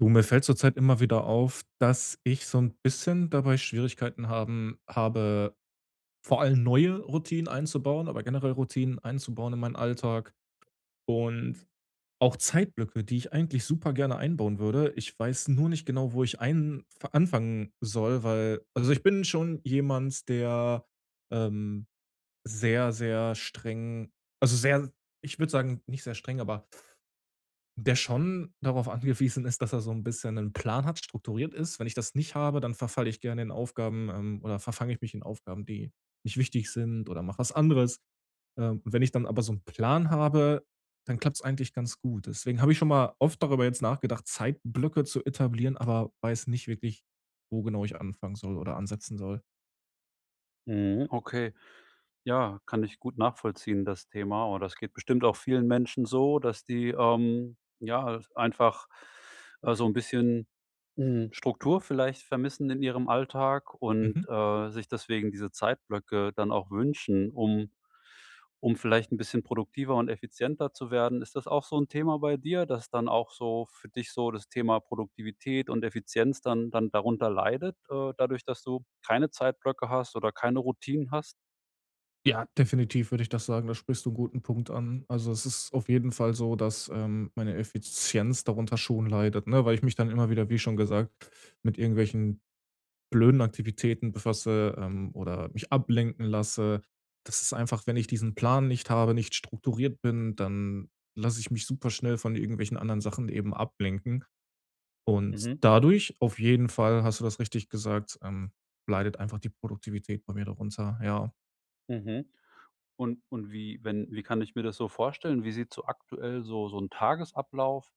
Du, mir fällt zurzeit immer wieder auf, dass ich so 'n bisschen dabei Schwierigkeiten habe, vor allem neue Routinen einzubauen, aber generell Routinen einzubauen in meinen Alltag und auch Zeitblöcke, die ich eigentlich super gerne einbauen würde. Ich weiß nur nicht genau, wo ich ein f anfangen soll, weil also, ich bin schon jemand, der, ähm, sehr, sehr streng also, sehr ich würde sagen, nicht sehr streng, aber der schon darauf angewiesen ist, dass er so ein bisschen einen Plan hat, strukturiert ist. Wenn ich das nicht habe, dann verfalle ich gerne in Aufgaben, oder verfange ich mich in Aufgaben, die nicht wichtig sind oder mache was anderes. Und wenn ich dann aber so einen Plan habe, dann klappt es eigentlich ganz gut. Deswegen habe ich schon mal oft darüber jetzt nachgedacht, Zeitblöcke zu etablieren, aber weiß nicht wirklich, wo genau ich anfangen soll oder ansetzen soll. Mhm, okay. Ja, kann ich gut nachvollziehen, das Thema. Und das geht bestimmt auch vielen Menschen so, dass die, ja, einfach, so ein bisschen Struktur vielleicht vermissen in ihrem Alltag und, Mhm. Sich deswegen diese Zeitblöcke dann auch wünschen, um um vielleicht ein bisschen produktiver und effizienter zu werden. Ist das auch so ein Thema bei dir, dass dann auch so für dich so das Thema Produktivität und Effizienz dann darunter leidet, dadurch, dass du keine Zeitblöcke hast oder keine Routinen hast? Ja, definitiv würde ich das sagen. Da sprichst du einen guten Punkt an. Also, es ist auf jeden Fall so, dass, meine Effizienz darunter schon leidet, ne, weil ich mich dann immer wieder, wie schon gesagt, mit irgendwelchen blöden Aktivitäten befasse, oder mich ablenken lasse. Das ist einfach, wenn ich diesen Plan nicht habe, nicht strukturiert bin, dann lasse ich mich super schnell von irgendwelchen anderen Sachen eben ablenken. Und Mhm, dadurch auf jeden Fall, hast du das richtig gesagt, leidet einfach die Produktivität bei mir darunter, ja. mhm. Und wie wenn wie kann ich mir das so vorstellen? Wie sieht so aktuell so ein Tagesablauf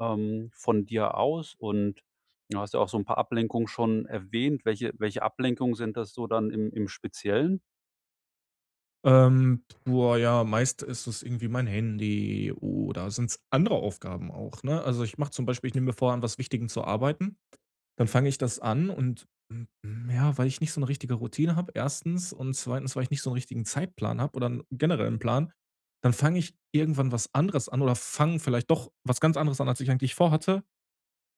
von dir aus? Und du hast ja auch so ein paar Ablenkungen schon erwähnt. Welche Ablenkungen sind das so dann im Speziellen? Boah, ja, meist ist es irgendwie mein Handy oder sind es andere Aufgaben auch, ne? Also, ich mache zum Beispiel ich nehme mir vor, an was Wichtigem zu arbeiten, dann fange ich das an und, ja, weil ich nicht so eine richtige Routine habe, erstens und zweitens, weil ich nicht so einen richtigen Zeitplan habe oder 'n generellen Plan, dann fange ich irgendwann was anderes an oder fange vielleicht doch was ganz anderes an, als ich eigentlich vorhatte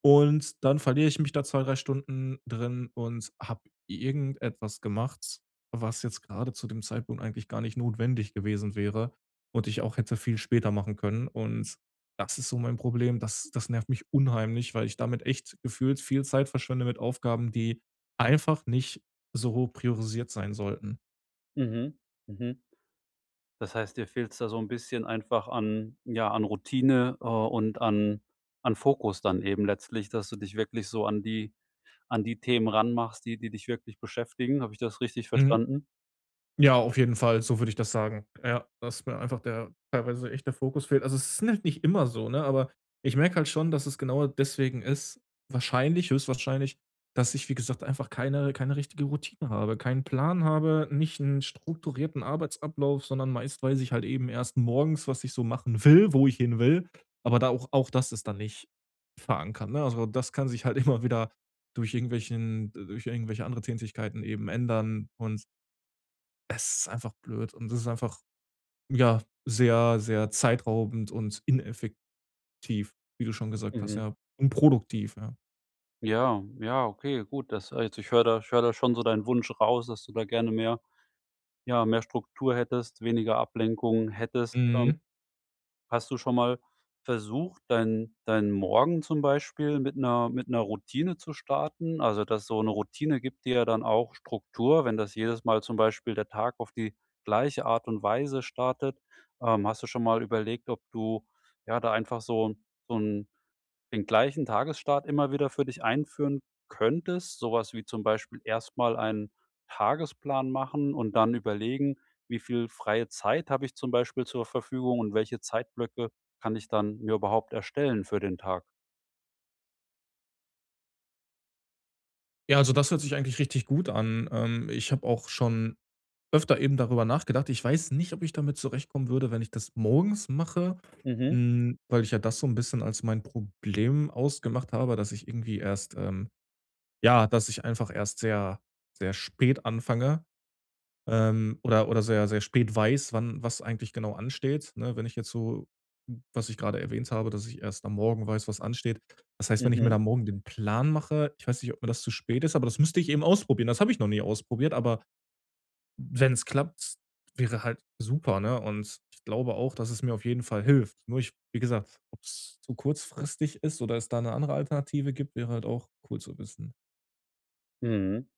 und dann verliere ich mich da 2 3 Stunden drin und habe irgendetwas gemacht, was jetzt gerade zu dem Zeitpunkt eigentlich gar nicht notwendig gewesen wäre und ich auch hätte viel später machen können. Und das ist so mein Problem. Das nervt mich unheimlich, weil ich damit echt gefühlt viel Zeit verschwende mit Aufgaben, die einfach nicht so priorisiert sein sollten. Mhm, mhm. Das heißt, dir fehlt es da so ein bisschen einfach an ja, an Routine, und an an Fokus dann eben letztlich, dass du dich wirklich so an die Themen ranmachst, die die dich wirklich beschäftigen. Habe ich das richtig Mhm. verstanden? Ja, auf jeden Fall, so würde ich das sagen. Ja, dass mir einfach der teilweise echt der Fokus fehlt. Also, es ist halt nicht immer so, ne, aber ich merke halt schon, dass es genau deswegen ist wahrscheinlich, höchstwahrscheinlich, dass ich, wie gesagt, einfach keine richtige Routine habe, keinen Plan habe, nicht einen strukturierten Arbeitsablauf, sondern meist weiß ich halt eben erst morgens, was ich so machen will, wo ich hin will, aber da auch das ist dann nicht verankert, ne? Also, das kann sich halt immer wieder durch irgendwelche andere Tätigkeiten eben ändern und es ist einfach blöd und es ist einfach, ja, sehr, sehr zeitraubend und ineffektiv, wie du schon gesagt hast, Mhm. ja. Unproduktiv, ja. Ja, ja, okay, gut. Das, ich höre da schon so deinen Wunsch raus, dass du da gerne mehr ja, mehr Struktur hättest, weniger Ablenkung hättest. Mhm. Hast du schon mal versucht, deinen Morgen zum Beispiel mit einer Routine zu starten? Also, dass so eine Routine gibt dir ja dann auch Struktur, wenn das jedes Mal zum Beispiel der Tag auf die gleiche Art und Weise startet. Hast du schon mal überlegt, ob du, ja, da einfach so 'n den gleichen Tagesstart immer wieder für dich einführen könntest, so was wie zum Beispiel erst mal einen Tagesplan machen und dann überlegen: „Wie viel freie Zeit habe ich zum Beispiel zur Verfügung und welche Zeitblöcke kann ich dann mir überhaupt erstellen für den Tag?“ Ja, also das hört sich eigentlich richtig gut an. Ich habe auch schon öfter eben darüber nachgedacht. Ich weiß nicht, ob ich damit zurechtkommen würde, wenn ich das morgens mache, Mhm, weil ich ja das so ein bisschen als mein Problem ausgemacht habe, dass ich irgendwie erst, ja, dass ich einfach erst sehr, sehr spät anfange. Oder sehr, sehr spät weiß, wann was eigentlich genau ansteht, ne? Wenn ich jetzt so was ich gerade erwähnt habe, dass ich erst am Morgen weiß, was ansteht. Das heißt, wenn ich mir da mhm, morgen den Plan mache ich weiß nicht, ob mir das zu spät ist, aber das müsste ich eben ausprobieren. Das habe ich noch nie ausprobiert, aber wenn es klappt, wäre halt super, ne? Und ich glaube auch, dass es mir auf jeden Fall hilft. Nur ich wie gesagt, ob es zu kurzfristig ist oder es da eine andere Alternative gibt, wäre halt auch cool zu wissen. mhm.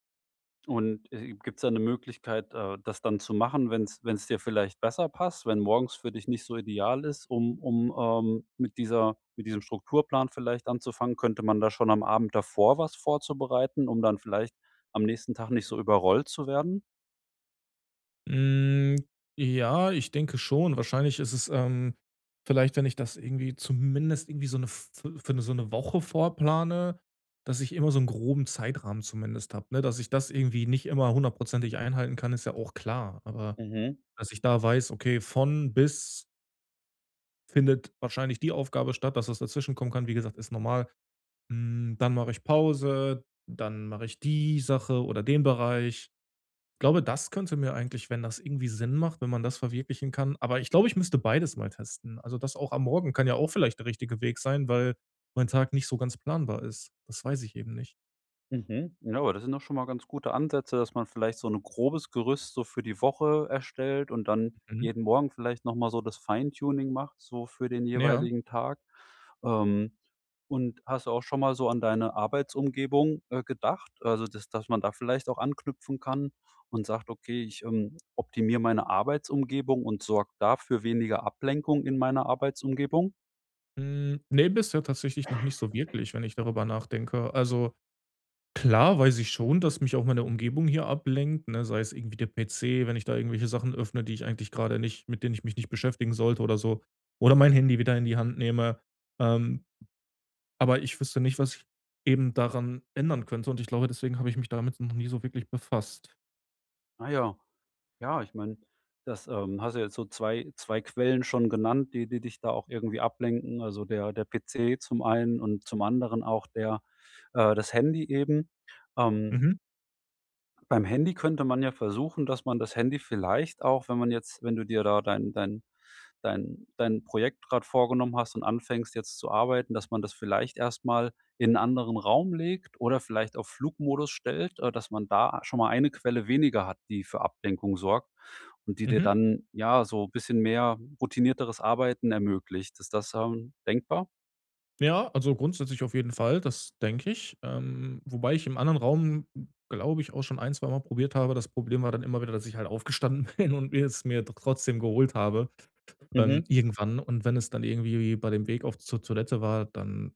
Und, gibt es da 'ne Möglichkeit, das dann zu machen, wenn es dir vielleicht besser passt, wenn morgens für dich nicht so ideal ist, um mit diesem Strukturplan vielleicht anzufangen? Könnte man da schon am Abend davor was vorzubereiten, um dann vielleicht am nächsten Tag nicht so überrollt zu werden? Hm, ja, ich denke schon. Wahrscheinlich ist es, vielleicht, wenn ich das irgendwie zumindest irgendwie so eine f für eine, so eine Woche vorplane, dass ich immer so einen groben Zeitrahmen zumindest habe, ne? Dass ich das irgendwie nicht immer hundertprozentig einhalten kann, ist ja auch klar. Aber Mhm. dass ich da weiß, okay, von bis findet wahrscheinlich die Aufgabe statt, dass was dazwischenkommen kann, wie gesagt, ist normal. Dann mache ich Pause, dann mache ich die Sache oder den Bereich glaube, das könnte mir eigentlich, wenn das irgendwie Sinn macht, wenn man das verwirklichen kann aber ich glaube, ich müsste beides mal testen. Also, das auch am Morgen kann ja auch vielleicht der richtige Weg sein, weil mein Tag nicht so ganz planbar ist. Das weiß ich eben nicht. Mhm. Ja, aber das sind doch schon mal ganz gute Ansätze, dass man vielleicht so ein grobes Gerüst so für die Woche erstellt und dann Mhm. jeden Morgen vielleicht noch mal so das Feintuning macht, so für den Ja. jeweiligen Tag. Ähm, und hast du auch schon mal so an deine Arbeitsumgebung, gedacht? Also, dass man da vielleicht auch anknüpfen kann und sagt: „Okay, ich, optimiere meine Arbeitsumgebung und sorge dafür weniger Ablenkung in meiner Arbeitsumgebung?“ Ne, bisher tatsächlich noch nicht so wirklich, wenn ich darüber nachdenke. Also, klar weiß ich schon, dass mich auch meine Umgebung hier ablenkt, ne, sei es irgendwie der PC, wenn ich da irgendwelche Sachen öffne, die ich eigentlich gerade nicht mit denen ich mich nicht beschäftigen sollte oder so oder mein Handy wieder in die Hand nehme. Ähm, Aber ich wüsste nicht, was ich eben daran ändern könnte und ich glaube, deswegen habe ich mich damit noch nie so wirklich befasst. Naja. Ja, ich meine, das, hast du jetzt so zwei Quellen schon genannt, die die dich da auch irgendwie ablenken. Also, der PC zum einen und zum anderen auch der das Handy eben. Ähm Mhm, Beim Handy könnte man ja versuchen, dass man das Handy vielleicht auch, wenn man jetzt wenn du dir da dein Projekt grad vorgenommen hast und anfängst jetzt zu arbeiten, dass man das vielleicht erst mal in 'n anderen Raum legt oder vielleicht auf Flugmodus stellt, dass man da schon mal eine Quelle weniger hat, die für Ablenkung sorgt und die dir mhm. dann, ja, so ein bisschen mehr routinierteres Arbeiten ermöglicht. Ist das, denkbar? Ja, also grundsätzlich auf jeden Fall, das denke ich. Wobei ich im anderen Raum, glaube ich, auch schon ein, zwei Mal probiert habe. Das Problem war dann immer wieder, dass ich halt aufgestanden bin und mir es mir trotzdem geholt habe, Mhm. irgendwann. Und wenn es dann irgendwie bei dem Weg auf zur Toilette war, dann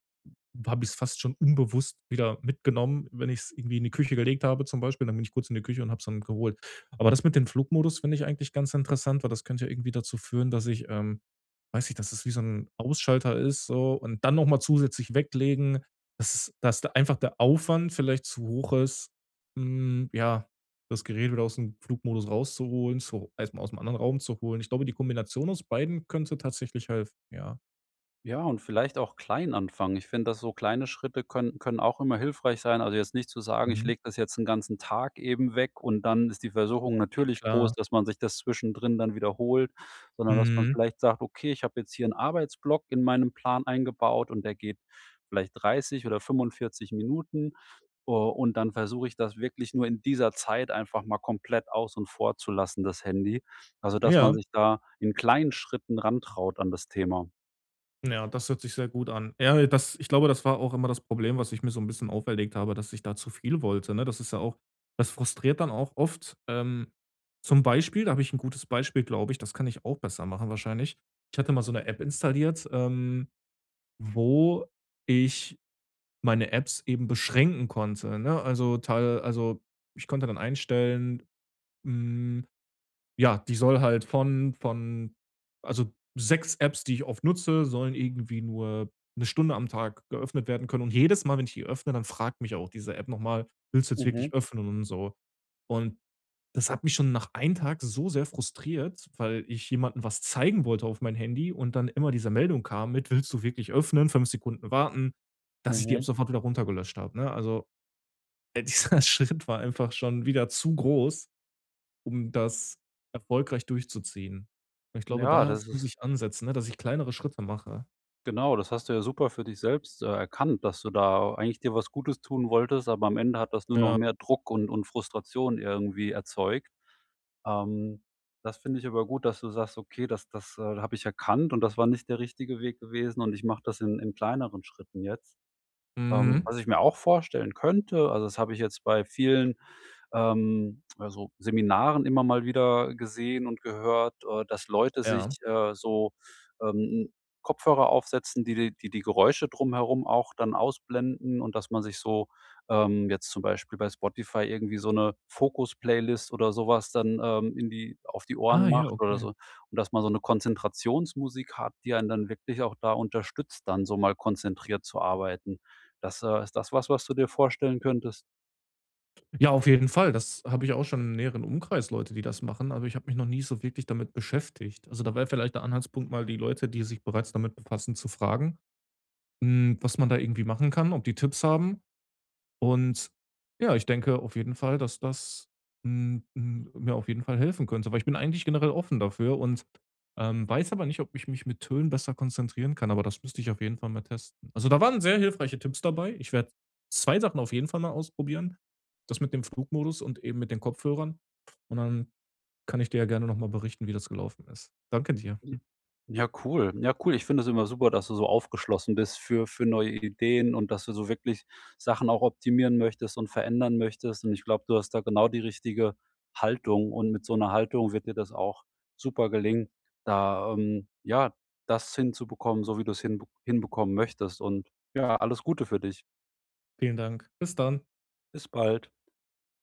habe ich es fast schon unbewusst wieder mitgenommen, wenn ich es irgendwie in die Küche gelegt habe zum Beispiel, dann bin ich kurz in die Küche und habe es dann geholt. Aber das mit dem Flugmodus finde ich eigentlich ganz interessant, weil das könnte ja irgendwie dazu führen, dass ich, weiß ich, dass es wie so ein Ausschalter ist so und dann noch mal zusätzlich weglegen, dass es dass da einfach der Aufwand vielleicht zu hoch ist, ja, das Gerät wieder aus dem Flugmodus rauszuholen, zu erst mal dem anderen Raum zu holen. Ich glaube, die Kombination aus beiden könnte tatsächlich helfen, ja. Ja, und vielleicht auch klein anfangen. Ich finde, dass so kleine Schritte können auch immer hilfreich sein. Also, jetzt nicht zu sagen: „Ich Mhm. lege das jetzt einen ganzen Tag eben weg“ und dann ist die Versuchung Ja natürlich groß, klar. dass man sich das zwischendrin dann wiederholt, sondern dass man Mhm. vielleicht sagt: „Okay, ich habe jetzt hier einen Arbeitsblock in meinem Plan eingebaut und der geht vielleicht 30 oder 45 Minuten, und dann versuche ich das wirklich nur in dieser Zeit einfach mal komplett aus und vorzulassen das Handy.“ Also, dass man Ja. sich da in kleinen Schritten rantraut an das Thema. Ja, das hört sich sehr gut an. Ja, das ich glaube, das war auch immer das Problem, was ich mir so ein bisschen auferlegt habe, dass ich da zu viel wollte, ne? Das ist ja auch das frustriert dann auch oft. Zum Beispiel da habe ich ein gutes Beispiel, glaube ich, das kann ich auch besser machen wahrscheinlich. Ich hatte mal so eine App installiert, wo ich meine Apps eben beschränken konnte, ne? Also, teil also, ich konnte dann einstellen, hm ja, die soll halt von also 6 Apps, die ich oft nutze, sollen irgendwie nur 1 Stunde am Tag geöffnet werden können. Und jedes Mal, wenn ich die öffne, dann fragt mich auch diese App nochmal „Willst du jetzt Mhm. wirklich öffnen?" und so. Und das hat mich schon nach einem Tag so sehr frustriert, weil ich jemandem was zeigen wollte auf mein Handy und dann immer diese Meldung kam mit: „Willst du wirklich öffnen? 5 Sekunden warten", dass ich die App Mhm. sofort wieder runtergelöscht habe, ne? Also, dieser Schritt war einfach schon wieder zu groß um das erfolgreich durchzuziehen. Und ich glaube, Ja, da s das muss ist ich ansetzen, ne, dass ich kleinere Schritte mache. Genau, das hast du ja super für dich selbst, erkannt, dass du da eigentlich dir was Gutes tun wolltest, aber am Ende hat das nur noch Ja. mehr Druck und Frustration irgendwie erzeugt. Ähm, Das finde ich aber gut, dass du sagst: „Okay, das habe ich erkannt und das war nicht der richtige Weg gewesen und ich mache das in kleineren Schritten jetzt.“ Mhm. Was ich mir auch vorstellen könnte, also das habe ich jetzt bei vielen also, Seminaren immer mal wieder gesehen und gehört, dass Leute sich, Ja. Ähm, Kopfhörer aufsetzen, die die Geräusche drumherum auch dann ausblenden und dass man sich so, jetzt zum Beispiel bei Spotify irgendwie so eine Fokus-Playlist oder sowas dann, in die auf die Ohren Ah ja, macht oder okay. so. Und dass man so eine Konzentrationsmusik hat, die einen dann wirklich auch da unterstützt, dann so mal konzentriert zu arbeiten. Das ist das was, was du dir vorstellen könntest? Ja, auf jeden Fall. Das habe ich auch schon im näheren Umkreis Leute, die das machen, aber ich habe mich noch nie so wirklich damit beschäftigt. Also, da wäre vielleicht der Anhaltspunkt, mal die Leute, die sich bereits damit befassen, zu fragen, was man da irgendwie machen kann, ob die Tipps haben. Und ja, ich denke auf jeden Fall, dass das, mir auf jeden Fall helfen könnte, weil ich bin eigentlich generell offen dafür und, weiß aber nicht, ob ich mich mit Tönen besser konzentrieren kann, aber das müsste ich auf jeden Fall mal testen. Also, da waren sehr hilfreiche Tipps dabei. Ich werde 2 Sachen auf jeden Fall mal ausprobieren. Das mit dem Flugmodus und eben mit den Kopfhörern. Und dann kann ich dir ja gerne noch mal berichten, wie das gelaufen ist. Danke dir. Ja, cool. Ja, cool. Ich finde es immer super, dass du so aufgeschlossen bist für neue Ideen und dass du so wirklich Sachen auch optimieren möchtest und verändern möchtest. Und ich glaube, du hast da genau die richtige Haltung. Und mit so einer Haltung wird dir das auch super gelingen, da, ja, das hinzubekommen, so wie du es hinbekommen möchtest. Und ja, alles Gute für dich. Vielen Dank. Bis dann. Bis bald.